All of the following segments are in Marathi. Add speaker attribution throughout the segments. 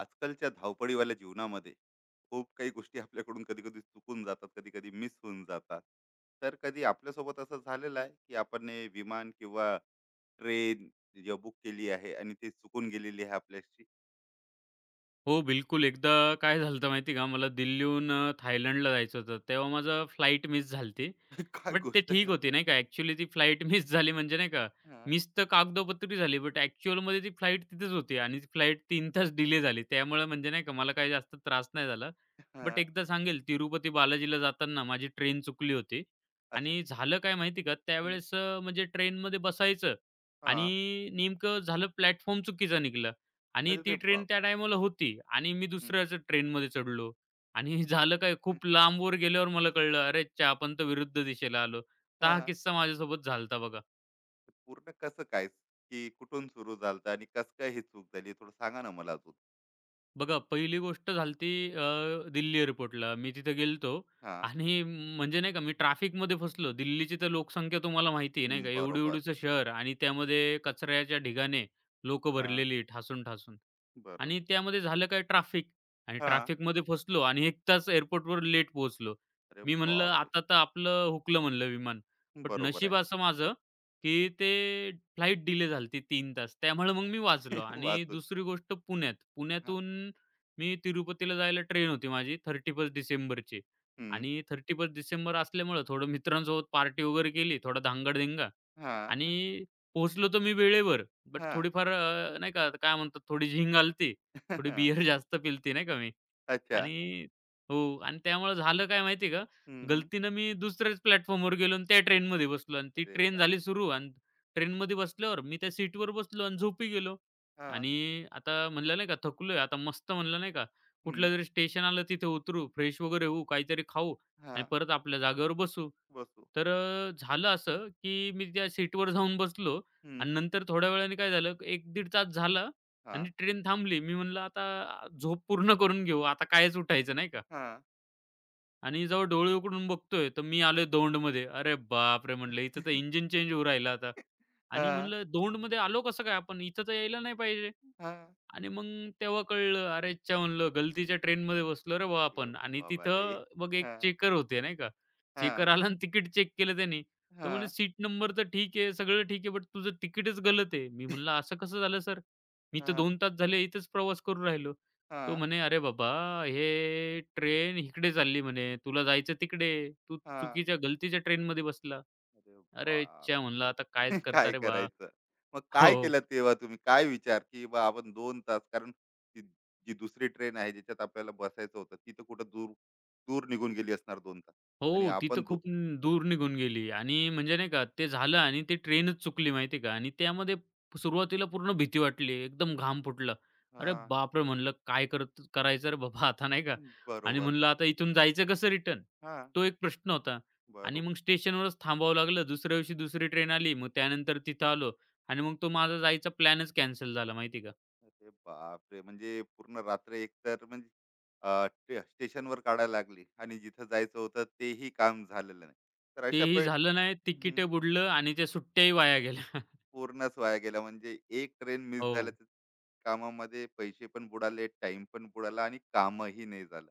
Speaker 1: आजकालच्या धावपळीवाल्या जीवनामध्ये खूप काही गोष्टी आपल्याकडून कधी कधी चुकून जातात, कधी कधी मिस होऊन जातात. तर कधी आपल्यासोबत असं झालेलं आहे की आपण हे विमान किंवा ट्रेन बुक केली आहे आणि ती चुकून गेलेली आहे आपल्याशी.
Speaker 2: हो, बिलकुल. एकदा काय झालं होतं माहिती का, मला दिल्लीहून थायलंडला जायचं होतं. तेव्हा माझं फ्लाइट मिस झाली
Speaker 1: काय
Speaker 2: बट ते
Speaker 1: गोष्ट
Speaker 2: ठीक
Speaker 1: करता!
Speaker 2: होती नाही का. ॲक्चुअली ती फ्लाइट मिस झाली म्हणजे नाही का,
Speaker 1: हा.
Speaker 2: मिस तर कागदोपत्री झाली, बट ॲक्चुअलमध्ये ती फ्लाइट तिथेच होती आणि ती फ्लाइट 3 तास डिले झाली. त्यामुळे म्हणजे नाही का, मला काही जास्त त्रास नाही झाला.
Speaker 1: हा.
Speaker 2: बट एकदा सांगेल, तिरुपती बालाजीला जाताना माझी ट्रेन चुकली होती
Speaker 1: अच्छा.
Speaker 2: आणि झालं काय माहिती आहे का,
Speaker 1: हम्म.
Speaker 2: त्यावेळेस म्हणजे ट्रेनमध्ये बसायचं
Speaker 1: हा.
Speaker 2: आणि नेमकं झालं प्लॅटफॉर्म चुकीचा निघाला. आणि ती
Speaker 1: अरे
Speaker 2: ट्रेन
Speaker 1: बाप.
Speaker 2: त्या टायमाला होती आणि मी
Speaker 1: हम्म.
Speaker 2: दुसऱ्याच ट्रेनमध्ये चढलो आणि झालं काय
Speaker 1: हम्म.
Speaker 2: खूप लांबवर गेल्यावर मला कळलं, "अरे! च्या आपण तर विरुद्ध दिशेला आलो." तर हा
Speaker 1: हा.
Speaker 2: किस्सा माझ्यासोबत झाला होता बघा.
Speaker 1: ते पूर्ण कसं काय, की कुठून सुरू झालं आणि कसं काय ही चूक झाली, थोडं सांगा ना मला अजून.
Speaker 2: बघा, पहिली गोष्ट झाली ती दिल्ली एअरपोर्टला. मी तिथे गेलो होतो
Speaker 1: हा.
Speaker 2: आणि म्हणजे नाही का मी ट्रॅफिकमध्ये फसलो. दिल्लीची तर लोकसंख्या तुम्हाला माहिती आहे नाही का,
Speaker 1: हम्म, बरोबर.
Speaker 2: एवढं-एवढंचं शहर आणि त्यामध्ये कचऱ्याच्या ढिगाने लोकं
Speaker 1: हा.
Speaker 2: भरलेली ठासून-ठासून.
Speaker 1: बरोबर.
Speaker 2: आणि त्यामध्ये झालं काय ट्रॅफिक आणि
Speaker 1: हा.
Speaker 2: ट्रॅफिकमध्ये फसलो आणि 1 तास एअरपोर्टवर लेट पोहोचलो.
Speaker 1: अरे
Speaker 2: मी म्हणलं,
Speaker 1: बापरे!
Speaker 2: "आता तर आपलं हुकलं" म्हणलं विमान. बट
Speaker 1: बरोबर आहे.
Speaker 2: नशीब असं माझं की ते फ्लाइट डिले झालती तीन तास. त्यामुळे मग मी वाचलो आणि
Speaker 1: वाचून.
Speaker 2: दुसरी गोष्ट पुण्यात.
Speaker 1: हां.
Speaker 2: पुण्यातून मी तिरुपतीला जायला ट्रेन होती माझी 31 डिसेंबरची
Speaker 1: हं.
Speaker 2: आणि 31 डिसेंबर असल्यामुळं थोडं मित्रांसोबत पार्टी वगैरे केली, थोडा धांगडधिंगा
Speaker 1: हां.
Speaker 2: आणि पोहोचलो तर मी वेळेवर. बट
Speaker 1: हां.
Speaker 2: थोडीफार नाही का, काय म्हणतात, थोडी झिंग आलती, थोडी बिअर जास्त पिलती नाही का मी.
Speaker 1: अच्छा.
Speaker 2: आणि हो आणि त्यामुळे झालं काय माहिती आहे का,
Speaker 1: हं, हं.
Speaker 2: गलतीनं मी दुसऱ्याच प्लॅटफॉर्मवर गेलो आणि त्या ट्रेनमध्ये बसलो आणि ती
Speaker 1: अरे
Speaker 2: ट्रेन
Speaker 1: रा.
Speaker 2: झाली सुरू आणि ट्रेनमध्ये बसल्यावर मी त्या सीटवर बसलो आणि झोपी गेलो.
Speaker 1: हां.
Speaker 2: आणि आता म्हणलं नाही का थकलोय आता मस्त म्हणलं नाही का,
Speaker 1: हं.
Speaker 2: कुठलंतरी स्टेशन आलं तिथे उतरू, फ्रेश वगैरे होऊ, काहीतरी खाऊ आणि
Speaker 1: हां.
Speaker 2: परत आपल्या जागेवर बसू.
Speaker 1: बसू.
Speaker 2: तर झालं असं, की मी त्या सीटवर जाऊन बसलो
Speaker 1: हं.
Speaker 2: आणि नंतर थोड्या वेळाने काय झालं, 1 दीड तास झाला
Speaker 1: हां.
Speaker 2: आणि ट्रेन थांबली. मी म्हणलं आता झोप पूर्ण करून घेऊ. आता कायच उठायचं नाही का?
Speaker 1: हां.
Speaker 2: आणि जेव्हा डोळे उघडून बघतोय, तर मी आलोय दौंडमध्ये. अरे बापरे! म्हणलं इथं तर इंजिन चेंज होऊ राहिलं आता आणि
Speaker 1: हां.
Speaker 2: म्हणलं दौंडमध्ये आलो कसं काय आपण? इथं तर यायला नाही पाहिजे.
Speaker 1: हां.
Speaker 2: आणि मग तेव्हा कळलं, अरे अच्छा म्हणलं गलतीच्या ट्रेनमध्ये बसलो रे बुवा
Speaker 1: अरे
Speaker 2: आपण आणि
Speaker 1: बाबा रे!
Speaker 2: तिथं मग एक
Speaker 1: हां.
Speaker 2: चेकर होते नाही का.
Speaker 1: हां.
Speaker 2: चेकर आला आणि तिकीट चेक केलं त्यानी. तो म्हणे,
Speaker 1: हां.
Speaker 2: "सीट नंबर तर ठीक आहे, सगळं ठीक आहे, बट तुझं तिकीटच गलत आहे." मी म्हणलं, "असं कसं झालं सर? मी तर
Speaker 1: हां.
Speaker 2: 2 तास झाले इथेच प्रवास करून राहिलो." तो
Speaker 1: हां.
Speaker 2: म्हणे, "अरे बाबा, हे ट्रेन इकडे चालली म्हणे, तुला जायचं तिकडे. तू
Speaker 1: हां.
Speaker 2: चुकीच्या गलतीच्या ट्रेनमध्ये बसला."
Speaker 1: अरे
Speaker 2: अरे अच्छा
Speaker 1: बापरे!
Speaker 2: म्हणलं, आता कायच करता
Speaker 1: काय
Speaker 2: रे बा.
Speaker 1: करायचं? मग
Speaker 2: हो.
Speaker 1: काय
Speaker 2: हो.
Speaker 1: केलं तेव्हा तुम्ही? काय विचार, की बा आपण 2 तास, कारण ती जी दुसरी ट्रेन आहे ज्याच्यात आपल्याला बसायचं होतं, ती तर कुठं दूर दूर निघून गेली असणार 2 तास,
Speaker 2: हो,
Speaker 1: आणि
Speaker 2: ती तर
Speaker 1: आपण दो
Speaker 2: खूप दूर निघून गेली आणि म्हणजे नाही का ते झालं आणि ते ट्रेनच चुकली माहिती आहे का आणि त्यामध्ये सुरुवातीला पूर्ण भीती वाटली. एकदम घाम फुटला. अरे
Speaker 1: हां,
Speaker 2: बापरे! म्हणलं काय करत करायचं रे बाबा आता नाही का आणि
Speaker 1: बरोबर.
Speaker 2: म्हणलं आता इथून जायचं कसं रिटर्न?
Speaker 1: हां,
Speaker 2: तो एक प्रश्न होता आणि
Speaker 1: बरोबर.
Speaker 2: मग स्टेशनवरच थांबावं लागलं. दुसऱ्या दिवशी दुसरी ट्रेन आली. मग त्यानंतर तिथं आलो आणि मग तो माझा जायचा प्लॅनच कॅन्सल झाला माहिती का.
Speaker 1: अरे बापरे! म्हणजे पूर्ण रात्र एकतर म्हणजे ते स्टेशनवर काढायला लागली आणि जिथं जायचं होतं तेही काम झालेलं नाही. तर अशा
Speaker 2: तेही
Speaker 1: पे
Speaker 2: झालं नाही, तिकीट
Speaker 1: हं.
Speaker 2: बुडलं आणि त्या सुट्ट्याही वाया गेल्या.
Speaker 1: पूर्णच वाया गेला. म्हणजे एक ट्रेन मिस
Speaker 2: हो.
Speaker 1: झाल्याचं कामामध्ये पैसे पण बुडाले, टाइम पण बुडाला आणि कामही नाही झालं.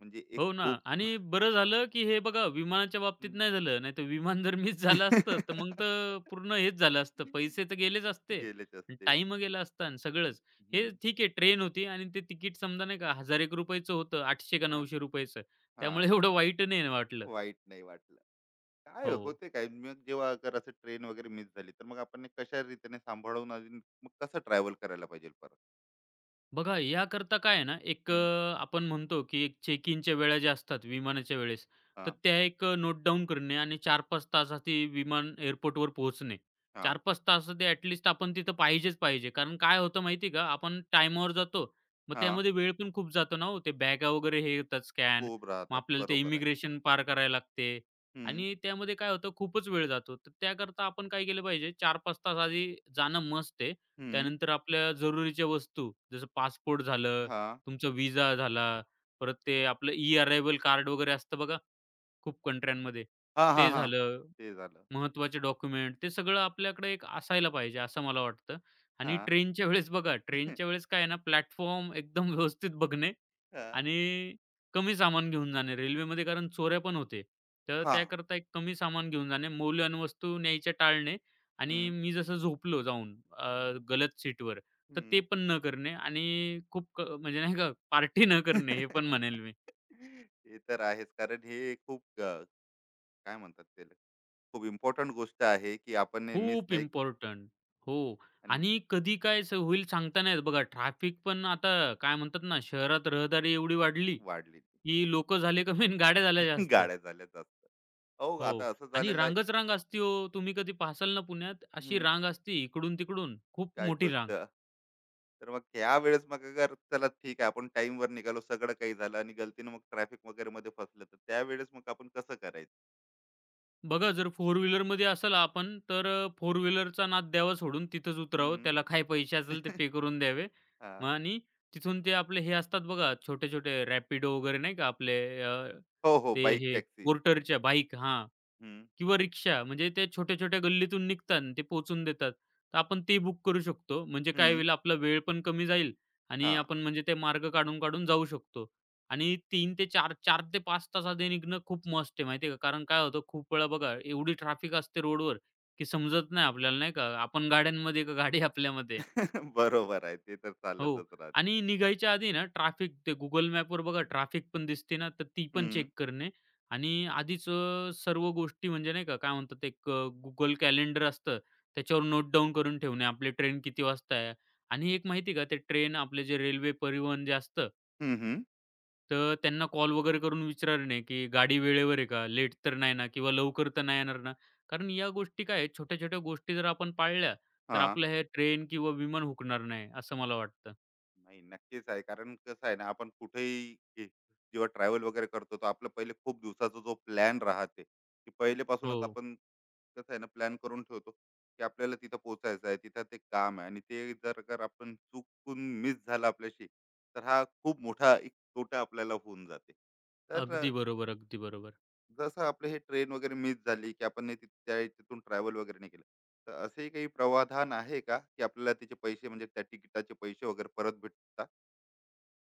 Speaker 1: म्हणजे एक
Speaker 2: हो ना
Speaker 1: खूप
Speaker 2: आणि बरं झालं, की हे बघा विमानाच्या बाबतीत
Speaker 1: हं.
Speaker 2: नाही झालं. नाहीतर विमान जर मिस झालं असतं, तर मग तर पूर्ण हेच झालं असतं. पैसे तर गेलेच असते,
Speaker 1: गेलेच असते.
Speaker 2: टाइम गेला असता आणि सगळंच.
Speaker 1: हं.
Speaker 2: हे ठीक आहे ट्रेन होती आणि ते तिकीट समजा नाही का ₹1000 चं होतं ₹800 का
Speaker 1: हां,
Speaker 2: ₹900 चं. त्यामुळे
Speaker 1: हां.
Speaker 2: एवढं वाईट नाही वाटलं.
Speaker 1: वाईट नाही वाटलं. काय
Speaker 2: हो.
Speaker 1: होते काय मग जेव्हा अगर असं ट्रेन वगैरे मिस झाली, तर मग आपण कशा रीतीने सांभाळून अजून मग कसं ट्रॅव्हल करायला पाहिजे परत?
Speaker 2: बघा याकरता काय आहे ना, एक
Speaker 1: हं.
Speaker 2: आपण म्हणतो की एक चेक इनच्या वेळा ज्या असतात विमानाच्या वेळेस, तर
Speaker 1: हां,
Speaker 2: त्या एक नोट डाउन करणे आणि 4-5 तासात ते विमान एअरपोर्टवर पोहोचणे.
Speaker 1: हां,
Speaker 2: 4-5 तास ते ॲटलीस्ट आपण तिथं पाहिजेच पाहिजे. कारण काय होतं माहिती आहे का, आपण टायमावर जातो. मग
Speaker 1: हां.
Speaker 2: त्यामध्ये वेळ पण खूप जातो ना हो. ते बॅगा वगैरे हे येतात स्कॅन.
Speaker 1: खूप
Speaker 2: मग
Speaker 1: राहतात.
Speaker 2: आपल्याला ते
Speaker 1: बरोबर आहे.
Speaker 2: इमिग्रेशन पार करायला लागते
Speaker 1: हं,
Speaker 2: आणि त्यामध्ये काय होतं खूपच वेळ जातो. तर त्याकरता आपण काय केलं पाहिजे 4-5 तास आधी जाणं मस्ट आहे.
Speaker 1: हं.
Speaker 2: त्यानंतर आपल्या जरुरीच्या वस्तू जसं पासपोर्ट झालं,
Speaker 1: हां.
Speaker 2: तुमचा व्हिसा झाला, परत ते आपलं ई-अरायव्हल कार्ड वगैरे असतं बघा खूप कंट्र्यांमध्ये,
Speaker 1: हां, हां,
Speaker 2: ते
Speaker 1: हां.
Speaker 2: झालं,
Speaker 1: ते झालं.
Speaker 2: महत्त्वाचे डॉक्युमेंट ते सगळं आपल्याकडे एक असायला पाहिजे असं मला वाटतं. आणि
Speaker 1: हां.
Speaker 2: ट्रेनच्या वेळेस बघा, ट्रेनच्या वेळेस काय आहे ना प्लॅटफॉर्म एकदम व्यवस्थित बघणे
Speaker 1: हां.
Speaker 2: आणि कमी सामान घेऊन जाणे रेल्वेमध्ये कारण चोऱ्या पण होते. तर
Speaker 1: हां.
Speaker 2: त्याकरता एक कमी सामान घेऊन जाणे, मौल्यवान वस्तू न्यायच्या टाळणे आणि
Speaker 1: हं.
Speaker 2: मी जसं झोपलो जाऊन गलत सीटवर तर ते पण न करणे आणि खूप म्हणजे नाही का पार्टी न करणे हे पण म्हणेल मी.
Speaker 1: ते तर आहेच. कारण हे खूप काय म्हणतात त्याला, खूप इम्पोर्टंट गोष्ट आहे, की आपण मिस
Speaker 2: खूप
Speaker 1: नाही
Speaker 2: इम्पोर्टंट. हो
Speaker 1: आणि
Speaker 2: आणि कधी काय असं होईल सांगता नाही येत बघा. ट्रॅफिक पण आता काय म्हणतात ना, शहरात रहदारी एवढी वाढली,
Speaker 1: वाढली.
Speaker 2: की लोकं झाले कमी आणि गाड्या झाल्या जास्त.
Speaker 1: गाड्या झाल्या जास्त. अहो,
Speaker 2: हो.
Speaker 1: आता असं
Speaker 2: आणि
Speaker 1: झालेलं आहे
Speaker 2: रांगच रांग असती हो. तुम्ही कधी पाहसाल ना पुण्यात, अशी
Speaker 1: हं.
Speaker 2: रांग असती इकडून-तिकडून खूप
Speaker 1: काय
Speaker 2: मोठी
Speaker 1: गोष्ट?
Speaker 2: रांग.
Speaker 1: तर मग त्यावेळेस मग अगर चला ठीक आहे, आपण time वर निघालो, सगळं काही झालं आणि गलतीनं मग ट्रॅफिक वगैरेमध्ये फसलं, तर त्यावेळेस मग आपण कसं करायचं?
Speaker 2: बघा जर फोर व्हीलरमध्ये असाल आपण, तर फोर व्हीलरचा नाद द्यावा सोडून तिथंच उतरावं.
Speaker 1: हं.
Speaker 2: त्याला काय पैसे असेल ते पे करून द्यावे. मग
Speaker 1: हां.
Speaker 2: आणि तिथून ते आपले हे असतात बघा छोटे-छोटे रॅपिडो वगैरे नाही का आपले
Speaker 1: हो, हो.
Speaker 2: ते
Speaker 1: बाईक
Speaker 2: हे
Speaker 1: टॅक्सी.
Speaker 2: पोर्टरच्या बाईक हां.
Speaker 1: हं,
Speaker 2: किंवा रिक्षा म्हणजे त्या छोट्या-छोट्या गल्लीतून निघतात ते पोहचून देतात. तर आपण ते बुक करू शकतो. म्हणजे काय
Speaker 1: हं.
Speaker 2: होईल आपला वेळ पण कमी जाईल आणि
Speaker 1: हां.
Speaker 2: आपण म्हणजे ते मार्ग काढून-काढून जाऊ शकतो. आणि तीन ते चार 4 ते 5 तास आधी निघणं खूप मस्त आहे माहिती आहे का. कारण काय होतं खूप वेळा बघा एवढी ट्रॅफिक असते रोडवर, की समजत नाही आपल्याला नाही का. आपण गाड्यांमध्ये का गाडी आपल्यामध्ये.
Speaker 1: बरोबर आहे. ते तर
Speaker 2: हो.
Speaker 1: चालतच राहते
Speaker 2: आणि
Speaker 1: त्या.
Speaker 2: निघायच्या आधी ना ट्रॅफिक ते Google मॅपवर बघा ट्रॅफिक पण दिसते ना, तर ती पण
Speaker 1: हं.
Speaker 2: चेक करणे आणि आधीच सर्व गोष्टी म्हणजे नाही का, काय म्हणतात एक Google कॅलेंडर असतं त्याच्यावर नोट डाउन करून ठेवणे. आपली ट्रेन किती वाजता आहे आणि एक माहिती आहे का ते ट्रेन आपले जे रेल्वे परिवहन जे असतं,
Speaker 1: हं.
Speaker 2: तर त्यांना कॉल वगैरे करून विचारणे, की गाडी वेळेवर आहे का? लेट तर नाही ना? किंवा लवकर तर नाही येणार ना? कारण या गोष्टी काय आहेत छोट्या-छोट्या गोष्टी जर आपण पाळल्या, तर
Speaker 1: हा.
Speaker 2: आपलं हे ट्रेन किंवा विमान हुकणार नाही असं मला वाटतं.
Speaker 1: नाही, नक्कीच आहे. कारण कसं आहे ना, आपण कुठेही गे- जेव्हा ट्रॅव्हल वगैरे करतो, तो आपलं पहिले खूप दिवसाचा जो प्लॅन राहते, की
Speaker 2: हो.
Speaker 1: पहिलेपासूनच आपण कसं आहे ना प्लॅन करून ठेवतो की आपल्याला तिथं पोहोचायचं आहे, तिथं ते काम आहे, आणि ते जर का आपण चुकून मिस झालं आपल्याशी, तर हा खूप मोठा एक तोटा आपल्याला होऊन जाते. तर
Speaker 2: अगदी बरोबर, अगदी बरोबर.
Speaker 1: जसं आपलं हे ट्रेन वगैरे मिस झाली की आपण हे त्या तिथून ट्रॅव्हल वगैरे नाही केलं, तर असे काही प्रावधान आहे का की आपल्याला त्याचे पैसे, म्हणजे त्या तिकिटाचे पैसे वगैरे परत भेटतात?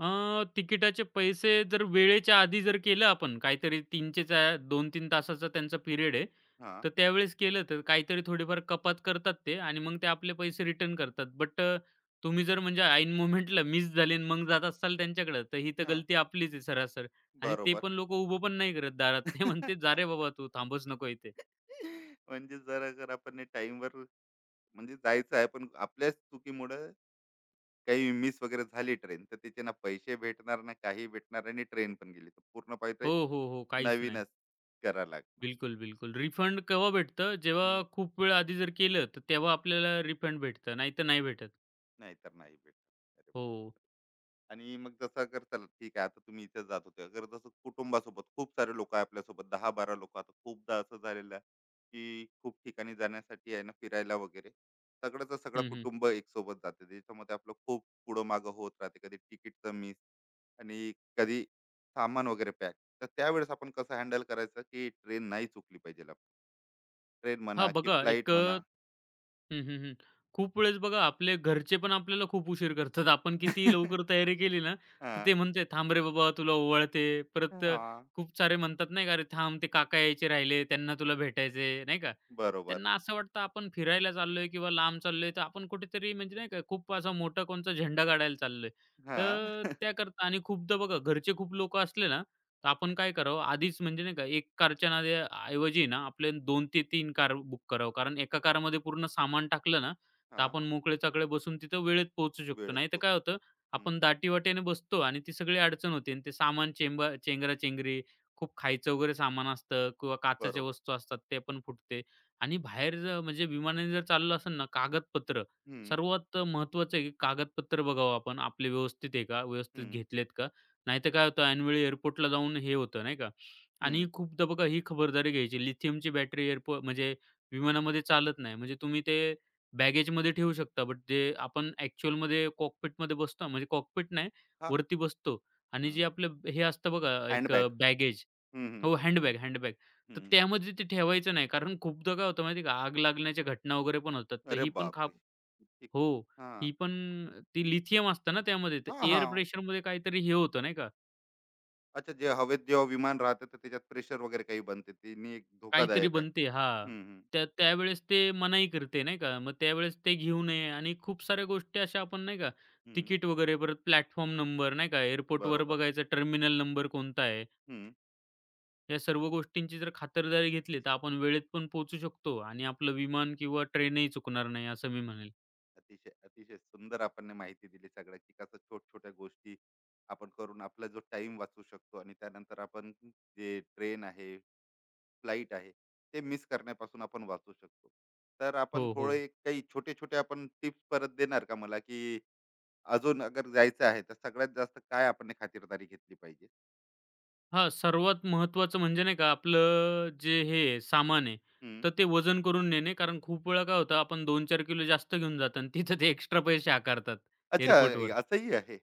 Speaker 2: अ, तिकिटाचे पैसे जर वेळेच्या आधी जर केलं आपण काहीतरी 3चे 2-3 तासाचा त्यांचा पिरियड आहे.
Speaker 1: हां.
Speaker 2: तर त्यावेळेस केलं तर काहीतरी थोडीफार कपात करतात ते आणि मग ते आपले पैसे रिटर्न करतात. बट तुम्ही जर म्हणजे ऐन मोमेंटला मिस झाले आणि मग जात असाल त्यांच्याकडं, तर ही तर
Speaker 1: हां.
Speaker 2: गलती आपलीच आहे सरासर आणि ते
Speaker 1: बरोबर.
Speaker 2: पण लोकं उभं पण नाही करत दारात. ते म्हणते, "जा रे बाबा तू थांबूच नको इथे."
Speaker 1: म्हणजे जरा जर आपण टाईमवर म्हणजे जायचं आहे, पण आपल्याच चुकीमुळं काही मिस वगैरे झाली ट्रेन, तर त्याचे ना पैसे भेटणार, ना काही भेटणार आणि ट्रेन पण गेली. तर पूर्ण पैसे
Speaker 2: हो. काहीच नाही.
Speaker 1: नवीनच करावं लागणार.
Speaker 2: बिलकुल, बिलकुल. रिफंड केव्हा भेटतं? जेव्हा
Speaker 1: हं.
Speaker 2: खूप वेळ आधी जर केलं, तर तेव्हा आपल्याला रिफंड भेटतं, नाहीतर नाही भेटत.
Speaker 1: नाहीतर नाही भेटत. अरे
Speaker 2: हो.
Speaker 1: बापरे! आणि मग जसं अगर चला ठीक आहे, आता तुम्ही इथे जात होते, अगर जसं कुटुंबासोबत खूप सारे लोक आहे आपल्यासोबत, दहा बारा लोक. आता खूपदा असं झालेलं आहे की खूप ठिकाणी जाण्यासाठी आहे ना, फिरायला वगैरे सगळंच सगळं
Speaker 2: हं, हं.
Speaker 1: कुटुंब एक सोबत जाते, त्याच्यामध्ये आपलं खूप पुढं मागं होत राहते, कधी तिकीटचं मिस आणि कधी सामान वगैरे पॅक, तर त्यावेळेस आपण कसं हँडल करायचं की ट्रेन नाही चुकली पाहिजे, ट्रेन म्हणा की
Speaker 2: बघा
Speaker 1: फ्लाईट
Speaker 2: एक
Speaker 1: म्हणा?
Speaker 2: हं, हं, हं. खूप वेळेस बघा आपले घरचे पण आपल्याला खूप उशीर करतात. आपण कितीही लवकर तयारी केली ना, तर
Speaker 1: हा.
Speaker 2: ते म्हणते, "थांब रे बाबा तुला ओवाळते." परत
Speaker 1: हा.
Speaker 2: खूप सारे म्हणतात नाही का, "अरे थांब ते काका यायचे राहिले त्यांना तुला भेटायचंय." नाही का?
Speaker 1: बरोबर.
Speaker 2: त्यांना असं वाटतं आपण फिरायला चाललोय किंवा लांब चाललोय, तर आपण कुठेतरी म्हणजे नाही का खूप असा मोठा कोणचा झेंडा काढायला चाललोय.
Speaker 1: हा.
Speaker 2: तर त्याकरता आणि खूपदा बघा घरचे खूप लोकं असले ना तर आपण काय करावं आधीच म्हणजे नाही का एक कारच्या नादी ऐवजी ना आपले 2 ते 3 कार बुक करावं. कारण एका कारमध्ये पूर्ण सामान टाकलं ना, तर
Speaker 1: हा.
Speaker 2: आपण मोकळे-चाकळे बसून तिथं वेळेत पोहोचू शकतो.
Speaker 1: वेळेत
Speaker 2: नाहीतर काय
Speaker 1: पोहोचू.
Speaker 2: होतं
Speaker 1: हम्म.
Speaker 2: आपण दाटीवाटीने बसतो आणि ती सगळी अडचण होते आणि ते सामान चेंबा चेंगरा-चेंगरी, खूप खायचं वगैरे सामान असतं किंवा काचेच्या
Speaker 1: बरोबर.
Speaker 2: वस्तू असतात ते पण फुटते आणि बाहेर जर म्हणजे विमानाने जर चाललं असेल ना कागदपत्र
Speaker 1: हं,
Speaker 2: सर्वात महत्त्वाचं आहे की कागदपत्र बघावं आपण आपले व्यवस्थित आहे का? व्यवस्थित
Speaker 1: हं,
Speaker 2: घेतलेत का? नाहीतर काय होतं ऐनवेळी एअरपोर्टला जाऊन हे होतं नाही का? आणि
Speaker 1: हं.
Speaker 2: खूपदा बघा ही खबरदारी घ्यायची. लिथियमची बॅटरी म्हणजे विमानामध्ये चालत नाही. म्हणजे तुम्ही ते बॅगेजमध्ये ठेवू शकता. बट जे आपण ॲक्चुअलमध्ये कॉकपिटमध्ये बसतो म्हणजे कॉकपिट नाही,
Speaker 1: हां,
Speaker 2: वरती बसतो आणि जे आपलं हे असतं बघा एक
Speaker 1: हँडबॅग.
Speaker 2: बॅगेज
Speaker 1: हं, हं,
Speaker 2: हो, हँडबॅग, हँडबॅग. तर
Speaker 1: हं.
Speaker 2: त्यामध्ये ते ठेवायचं नाही. कारण खूपदा काय होतं माहिती आहे का? आग लागण्याच्या घटना वगैरे पण होतात. तर
Speaker 1: अरे
Speaker 2: ही पण
Speaker 1: बापरे! ठीक.
Speaker 2: हो.
Speaker 1: हां,
Speaker 2: ही पण ती लिथियम असतं ना त्यामध्ये. तर
Speaker 1: हां,
Speaker 2: एअर
Speaker 1: हां.
Speaker 2: प्रेशरमध्ये काहीतरी हे होतं नाही का?
Speaker 1: अच्छा, जे हवेत जेव्हा विमान राहतं, तर त्याच्यात प्रेशर वगैरे काही बनते. त्यांनी एक
Speaker 2: काहीतरी
Speaker 1: धोकादायक आहे.
Speaker 2: बनते हां.
Speaker 1: हं, हं,
Speaker 2: त्यावेळेस ते मनाई करते नाही का. मग त्यावेळेस ते घेऊ नये आणि खूप साऱ्या गोष्टी अशा आपण नाही का
Speaker 1: हं.
Speaker 2: तिकीट वगैरे परत प्लॅटफॉर्म नंबर नाही का एअरपोर्टवर
Speaker 1: बरोबर.
Speaker 2: बघायचं टर्मिनल नंबर कोणता आहे.
Speaker 1: हं.
Speaker 2: या सर्व गोष्टींची जर खातरदारी घेतली तर आपण वेळेत पण पोहोचू शकतो आणि आपलं विमान किंवा ट्रेनही चुकणार नाही असं मी म्हणेल.
Speaker 1: अतिशय, अतिशय सुंदर आपण ने माहिती दिली सगळ्याची, कसं छोट-छोट्या गोष्टी आपण करून आपला जो टाइम वाचवू शकतो, आणि त्यानंतर आपण जे ट्रेन आहे, फ्लाईट आहे, ते मिस करण्यापासून आपण वाचू शकतो. तर आपण
Speaker 2: हो, हो.
Speaker 1: थोडे काही छोटे छोटे आपण टिप्स परत देणार का मला, की अजून अगर जायचं आहे तर सगळ्यात जास्त काय आपण खातिरदारी घेतली पाहिजे?
Speaker 2: हां, सर्वात महत्त्वाचं म्हणजे नाही का आपलं जे हे आहे, सामान आहे,
Speaker 1: हम्म.
Speaker 2: तर ते वजन करून नेणे. कारण खूप वेळा काय होतं आपण 4 किलो जास्त घेऊन जातो आणि तिथं ते एक्स्ट्रा पैसे आकारतात
Speaker 1: अच्छा. हे
Speaker 2: एअरपोर्टवर.
Speaker 1: असंही आहे.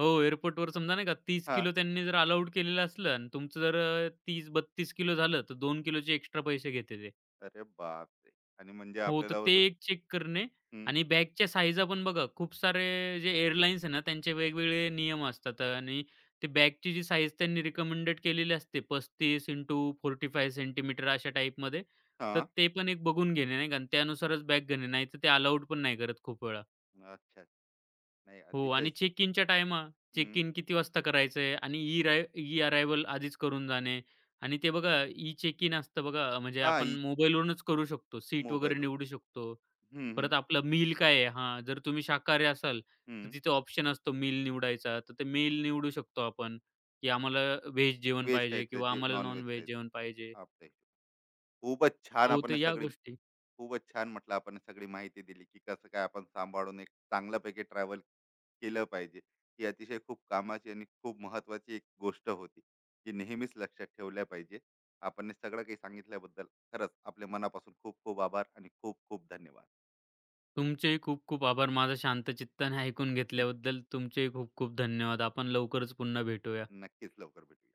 Speaker 2: हो, एअरपोर्टवर समजा नाही का 30
Speaker 1: हा.
Speaker 2: किलो त्यांनी जर अलाउड केलेलं असलं आणि तुमचं जर 30-32 किलो झालं, तर 2 किलोचे एक्स्ट्रा पैसे घेते ते.
Speaker 1: अरे बापरे! आणि म्हणजे
Speaker 2: हो, तर
Speaker 1: आपल्याला
Speaker 2: ते
Speaker 1: अजून
Speaker 2: एक चेक करणे
Speaker 1: हम्म.
Speaker 2: आणि बॅगच्या साईजा पण बघा खूप सारे जे एअरलाईन्स आहे ना, त्यांचे वेगवेगळे नियम असतात आणि ते बॅगची जी साईज त्यांनी रिकमेंडेड केलेली असते 35 इंटू 45 सेंटीमीटर अशा टाईपमध्ये.
Speaker 1: हा.
Speaker 2: तर ते पण एक बघून घेणे नाही का आणि त्यानुसारच बॅग घेणे. नाहीतर ते अलाउड पण नाही करत खूप वेळा.
Speaker 1: अच्छा. नाही,
Speaker 2: हो
Speaker 1: अतिशय
Speaker 2: आणि चेक इनच्या टाईमा चेक
Speaker 1: हम्म.
Speaker 2: इन किती वाजता करायचं आणि ई अरायव्हल आधीच करून जाणे आणि ते बघा ई चेक इन असतं बघा म्हणजे
Speaker 1: हा.
Speaker 2: आपण मोबाईलवरूनच करू शकतो. सीट वगैरे
Speaker 1: मोबाईल वगैरे
Speaker 2: निवडू शकतो. परत आपलं मील काय आहे? हां, जर तुम्ही शाकाहारी असाल, तर तिथे ऑप्शन असतो मील निवडायचा. तर ते मील निवडू शकतो आपण, की आम्हाला व्हेज जेवण
Speaker 1: व्हेज
Speaker 2: पाहिजे
Speaker 1: खायचं
Speaker 2: किंवा
Speaker 1: जे
Speaker 2: आम्हाला
Speaker 1: नॉन व्हेज
Speaker 2: नॉन-व्हेज जेवण
Speaker 1: खायचं
Speaker 2: पाहिजे.
Speaker 1: आपल्या हिशोब- खूपच छान
Speaker 2: हो,
Speaker 1: आपण
Speaker 2: तर
Speaker 1: हे
Speaker 2: या
Speaker 1: सगळी
Speaker 2: गोष्टी.
Speaker 1: खूपच छान म्हटलं. आपण सगळी माहिती दिली की कसं काय आपण सांभाळून एक चांगल्यापैकी ट्रॅव्हल केलं पाहिजे. ही अतिशय खूप कामाची आणि खूप महत्वाची एक गोष्ट होती, जी नेहमीच लक्षात ठेवल्या पाहिजे. आपण हे सगळं काही सांगितल्याबद्दल खरंच आपल्या मनापासून खूप खूप आभार आणि खूप खूप धन्यवाद.
Speaker 2: तुमचेही खूप खूप आभार. माझं शांत चित्ताने ऐकून घेतल्याबद्दल तुमचेही खूप खूप धन्यवाद. आपण लवकरच पुन्हा भेटूया.
Speaker 1: नक्कीच लवकर भेटूया.